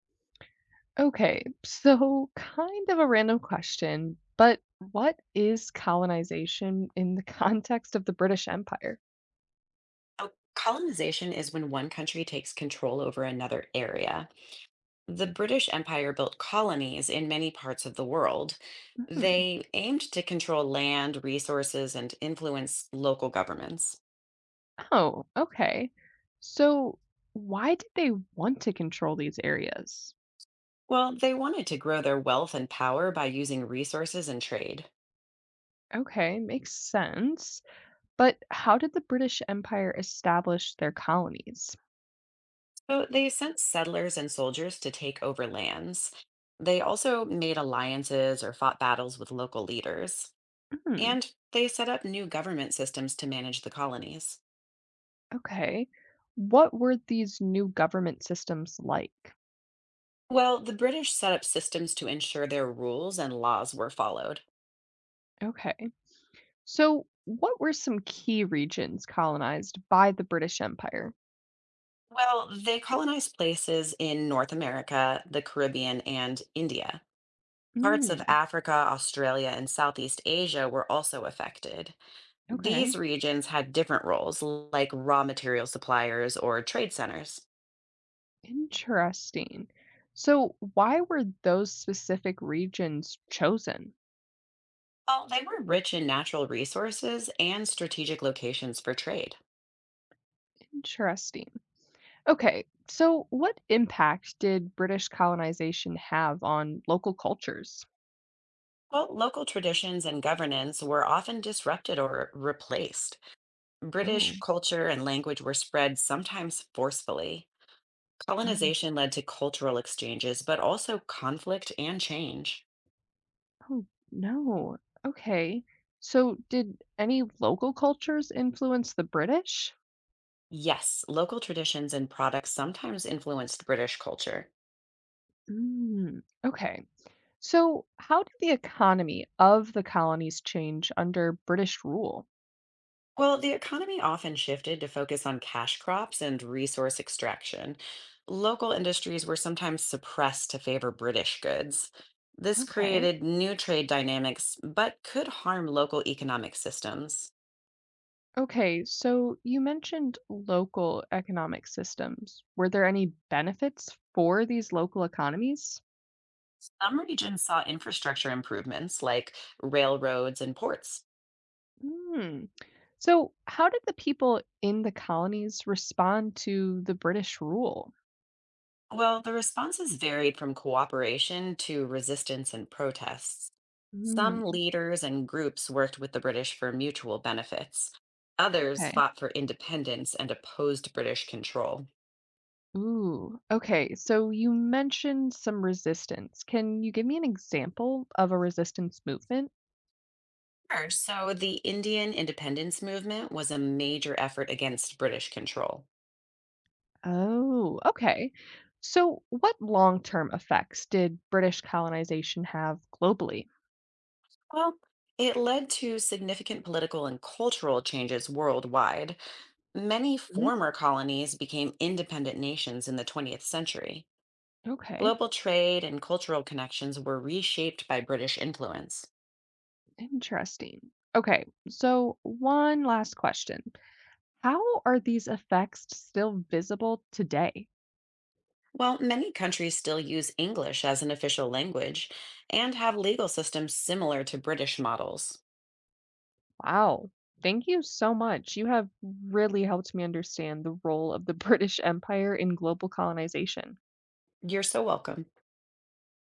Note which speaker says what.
Speaker 1: Okay, so kind of a random question, but what is colonization in the context of the British Empire?
Speaker 2: Oh, colonization is when one country takes control over another area. The British Empire built colonies in many parts of the world.
Speaker 1: Hmm.
Speaker 2: They aimed to control land, resources, and influence local governments.
Speaker 1: Oh, okay. So why did they want to control these areas?
Speaker 2: Well, they wanted to grow their wealth and power by using resources and trade.
Speaker 1: Okay, makes sense. But how did the British Empire establish their colonies?
Speaker 2: So they sent settlers and soldiers to take over lands. They also made alliances or fought battles with local leaders.
Speaker 1: Hmm,
Speaker 2: And they set up new government systems to manage the colonies.
Speaker 1: okay. What were these new government systems like?
Speaker 2: Well, the British set up systems to ensure their rules and laws were followed.
Speaker 1: Okay. So, what were some key regions colonized by the British Empire?
Speaker 2: Well, they colonized places in North America, the Caribbean, and India. Parts of
Speaker 1: Mm,
Speaker 2: Africa, Australia, and Southeast Asia were also affected.
Speaker 1: okay,
Speaker 2: These regions had different roles, like raw material suppliers or trade centers.
Speaker 1: interesting. So, why were those specific regions chosen?
Speaker 2: Well, they were rich in natural resources and strategic locations for trade.
Speaker 1: Interesting. Okay, so what impact did British colonization have on local cultures?
Speaker 2: Well, local traditions and governance were often disrupted or replaced.
Speaker 1: Oh,
Speaker 2: British culture and language were spread sometimes forcefully.
Speaker 1: oh,
Speaker 2: Colonization led to cultural exchanges, but also conflict and change.
Speaker 1: oh, no. Okay. So, did any local cultures influence the British?
Speaker 2: Yes, local traditions and products sometimes influenced British culture.
Speaker 1: Mm, okay. So, how did the economy of the colonies change under British rule?
Speaker 2: Well, the economy often shifted to focus on cash crops and resource extraction. Local industries were sometimes suppressed to favor British goods. This
Speaker 1: Okay.
Speaker 2: created new trade dynamics, but could harm local economic systems.
Speaker 1: Okay, so you mentioned local economic systems. Were there any benefits for these local economies?
Speaker 2: Some regions saw infrastructure improvements like railroads and ports.
Speaker 1: Hmm. So, how did the people in the colonies respond to the British rule?
Speaker 2: Well, the responses varied from cooperation to resistance and protests.
Speaker 1: Hmm.
Speaker 2: Some leaders and groups worked with the British for mutual benefits. Others
Speaker 1: Okay.
Speaker 2: fought for independence and opposed British control.
Speaker 1: Ooh. Okay, so you mentioned some resistance. Can you give me an example of a resistance movement?
Speaker 2: Sure, so the Indian independence movement was a major effort against British control.
Speaker 1: Oh, okay. So, what long-term effects did British colonization have globally?
Speaker 2: Well, it led to significant political and cultural changes worldwide. Many
Speaker 1: Mm.
Speaker 2: former colonies became independent nations in the 20th century.
Speaker 1: Okay,
Speaker 2: Global trade and cultural connections were reshaped by British influence.
Speaker 1: interesting. Okay, so one last question. How are these effects still visible today?
Speaker 2: While many countries still use English as an official language and have legal systems similar to British models.
Speaker 1: Wow. Thank you so much. You have really helped me understand the role of the British Empire in global colonization.
Speaker 2: You're so welcome.